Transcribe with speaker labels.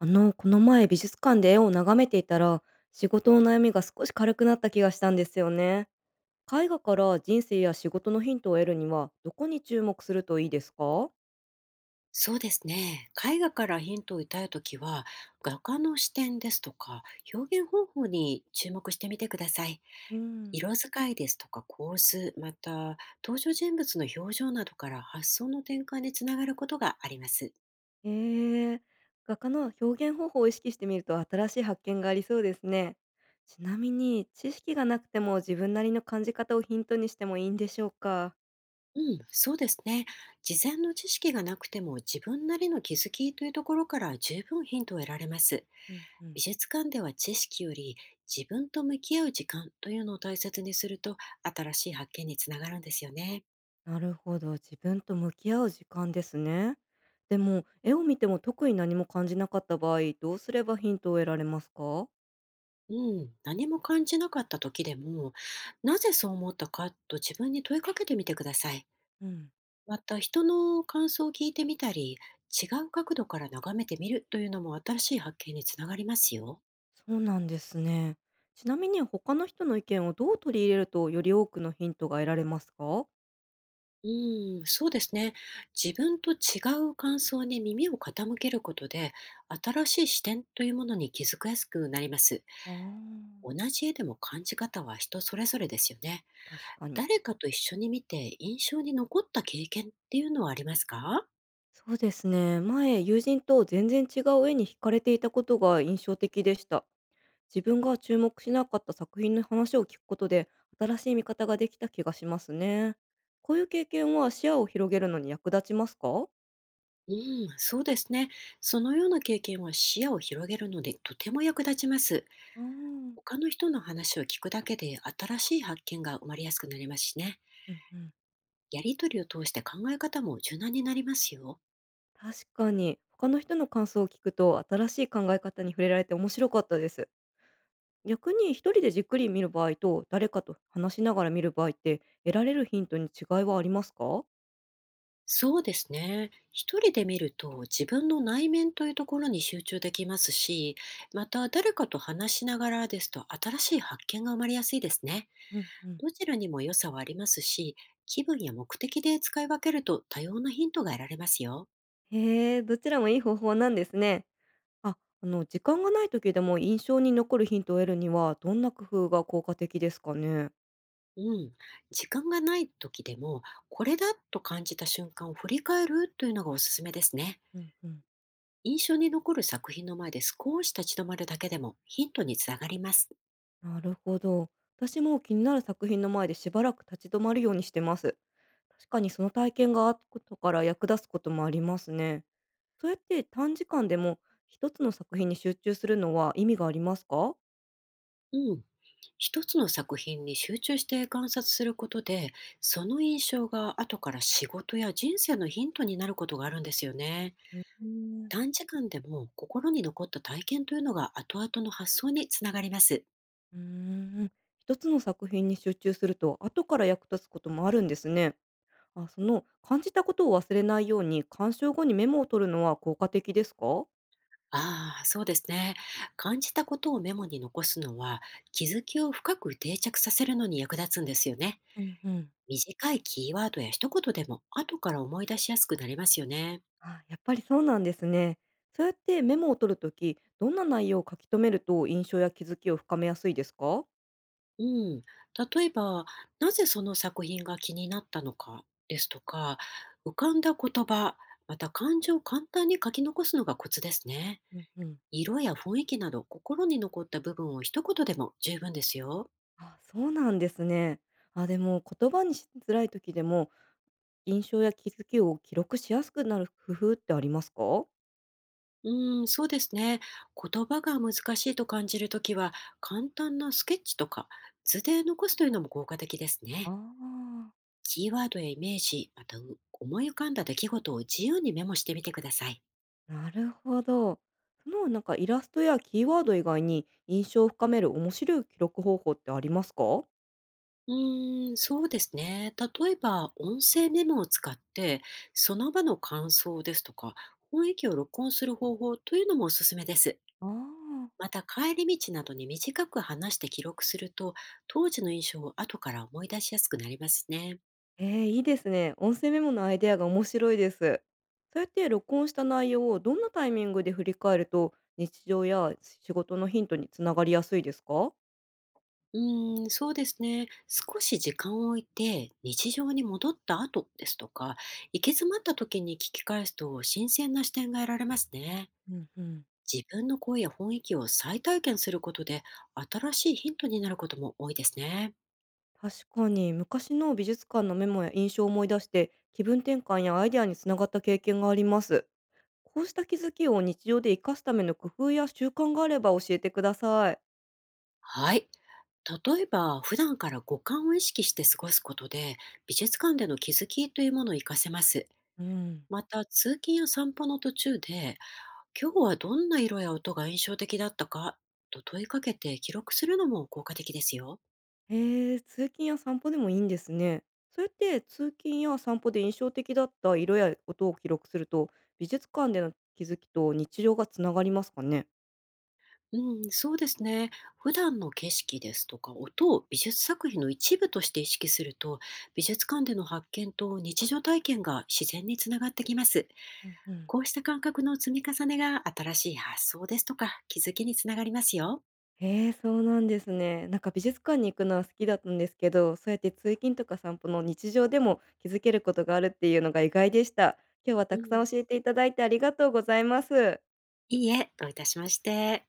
Speaker 1: この前美術館で絵を眺めていたら、仕事の悩みが少し軽くなった気がしたんですよね。絵画から人生や仕事のヒントを得るには、どこに注目するといいですか？
Speaker 2: そうですね。絵画からヒントを得たいときは、画家の視点ですとか、表現方法に注目してみてください。
Speaker 1: うん。
Speaker 2: 色使いですとか構図、また登場人物の表情などから発想の転換につながることがあります。
Speaker 1: へえー。画家の表現方法を意識してみると新しい発見がありそうですね。ちなみに、知識がなくても自分なりの感じ方をヒントにしてもいいんでしょうか？
Speaker 2: うん、そうですね。事前の知識がなくても自分なりの気づきというところから十分ヒントを得られます。
Speaker 1: うんうん。
Speaker 2: 美術館では知識より自分と向き合う時間というのを大切にすると新しい発見につながるんですよね。
Speaker 1: なるほど、自分と向き合う時間ですね。でも、絵を見ても特に何も感じなかった場合、どうすればヒントを得られますか？
Speaker 2: うん、何も感じなかった時でも、なぜそう思ったかと自分に問いかけてみてください。
Speaker 1: うん、
Speaker 2: また人の感想を聞いてみたり、違う角度から眺めてみるというのも新しい発見につながりますよ。
Speaker 1: そうなんですね。ちなみに他の人の意見をどう取り入れるとより多くのヒントが得られますか？
Speaker 2: うん、そうですね。自分と違う感想に耳を傾けることで、新しい視点というものに気づきやすくなります。
Speaker 1: あー。
Speaker 2: 同じ絵でも感じ方は人それぞれですよね。
Speaker 1: 確かに。
Speaker 2: 誰かと一緒に見て印象に残った経験っていうのはありますか？
Speaker 1: そうですね。前、友人と全然違う絵に惹かれていたことが印象的でした。自分が注目しなかった作品の話を聞くことで新しい見方ができた気がしますね。こういう経験は視野を広げるのに役立ちますか？
Speaker 2: うん、そうですね。そのような経験は視野を広げるのでとても役立ちます。
Speaker 1: あん。
Speaker 2: 他の人の話を聞くだけで新しい発見が生まれやすくなりますしね。
Speaker 1: うんうん。
Speaker 2: やりとりを通して考え方も柔軟になりますよ。
Speaker 1: 確かに他の人の感想を聞くと新しい考え方に触れられて面白かったです。逆に一人でじっくり見る場合と誰かと話しながら見る場合って得られるヒントに違いはありますか？
Speaker 2: そうですね。一人で見ると自分の内面というところに集中できますし、また誰かと話しながらですと新しい発見が生まれやすいですね。
Speaker 1: うん、うん。
Speaker 2: どちらにも良さはありますし、気分や目的で使い分けると多様なヒントが得られますよ。
Speaker 1: へえ、どちらもいい方法なんですね。あ、時間がない時でも印象に残るヒントを得るには、どんな工夫が効果的ですかね？
Speaker 2: うん、時間がない時でも、これだと感じた瞬間を振り返るというのがおすすめですね。
Speaker 1: うんうん。
Speaker 2: 印象に残る作品の前で少し立ち止まるだけでもヒントにつながります。
Speaker 1: なるほど。私も気になる作品の前でしばらく立ち止まるようにしてます。確かにその体験が後から役立つこともありますね。そうやって短時間でも一つの作品に集中するのは意味がありますか？
Speaker 2: うん。一つの作品に集中して観察することで、その印象が後から仕事や人生のヒントになることがあるんですよね。
Speaker 1: ええ。
Speaker 2: 短時間でも心に残った体験というのが後々の発想につながります。
Speaker 1: うーん、一つの作品に集中すると後から役立つこともあるんですね。あ、その感じたことを忘れないように鑑賞後にメモを取るのは効果的ですか？
Speaker 2: ああ、そうですね。感じたことをメモに残すのは、気づきを深く定着させるのに役立つんですよね。
Speaker 1: うんうん。
Speaker 2: 短いキーワードや一言でも、後から思い出しやすくなりますよね。
Speaker 1: あ、やっぱりそうなんですね。そうやってメモを取るとき、どんな内容を書き留めると印象や気づきを深めやすいですか？
Speaker 2: うん。例えば、なぜその作品が気になったのかですとか、浮かんだ言葉、また感情を簡単に書き残すのがコツですね。
Speaker 1: うんうん。
Speaker 2: 色や雰囲気など、心に残った部分を一言でも十分ですよ。
Speaker 1: あ、そうなんですね。あ、でも言葉にしづらい時でも印象や気づきを記録しやすくなる工夫ってありますか？
Speaker 2: うん、そうですね。言葉が難しいと感じるときは、簡単なスケッチとか図で残すというのも効果的です
Speaker 1: あ
Speaker 2: ね。
Speaker 1: あ。
Speaker 2: キーワードやイメージ、また思い浮かんだ出来事を自由にメモしてみてください。
Speaker 1: なるほど。イラストやキーワード以外に印象を深める面白い記録方法ってありますか？
Speaker 2: うーん、そうですね。例えば、音声メモを使って、その場の感想ですとか、雰囲気を録音する方法というのもおすすめです。
Speaker 1: ああ、
Speaker 2: また、帰り道などに短く話して記録すると、当時の印象を後から思い出しやすくなりますね。
Speaker 1: いいですね。音声メモのアイデアが面白いです。そうやって録音した内容をどんなタイミングで振り返ると日常や仕事のヒントにつながりやすいですか？
Speaker 2: うーん、そうですね。少し時間を置いて、日常に戻った後ですとか、行き詰まった時に聞き返すと新鮮な視点が得られますね。
Speaker 1: うんうん。
Speaker 2: 自分の声や雰囲気を再体験することで、新しいヒントになることも多いですね。
Speaker 1: 確かに昔の美術館のメモや印象を思い出して気分転換やアイデアにつながった経験があります。こうした気づきを日常で生かすための工夫や習慣があれば教えてください。
Speaker 2: はい。例えば、普段から五感を意識して過ごすことで、美術館での気づきというものを活かせます。
Speaker 1: うん。
Speaker 2: また、通勤や散歩の途中で、今日はどんな色や音が印象的だったかと問いかけて記録するのも効果的ですよ。
Speaker 1: へえ、通勤や散歩でもいいんですね。それって通勤や散歩で印象的だった色や音を記録すると、美術館での気づきと日常がつながりますかね？
Speaker 2: うん、そうですね。普段の景色ですとか音を美術作品の一部として意識すると、美術館での発見と日常体験が自然につながってきます。
Speaker 1: うんうん。
Speaker 2: こうした感覚の積み重ねが新しい発想ですとか気づきにつながりますよ。
Speaker 1: へえ、そうなんですね。なんか美術館に行くのは好きだったんですけど、そうやって通勤とか散歩の日常でも気づけることがあるっていうのが意外でした。今日は
Speaker 2: う
Speaker 1: たくさ
Speaker 2: ん、
Speaker 1: ん教えていただいてありがとうございます。
Speaker 2: いいえ、どういたしまして。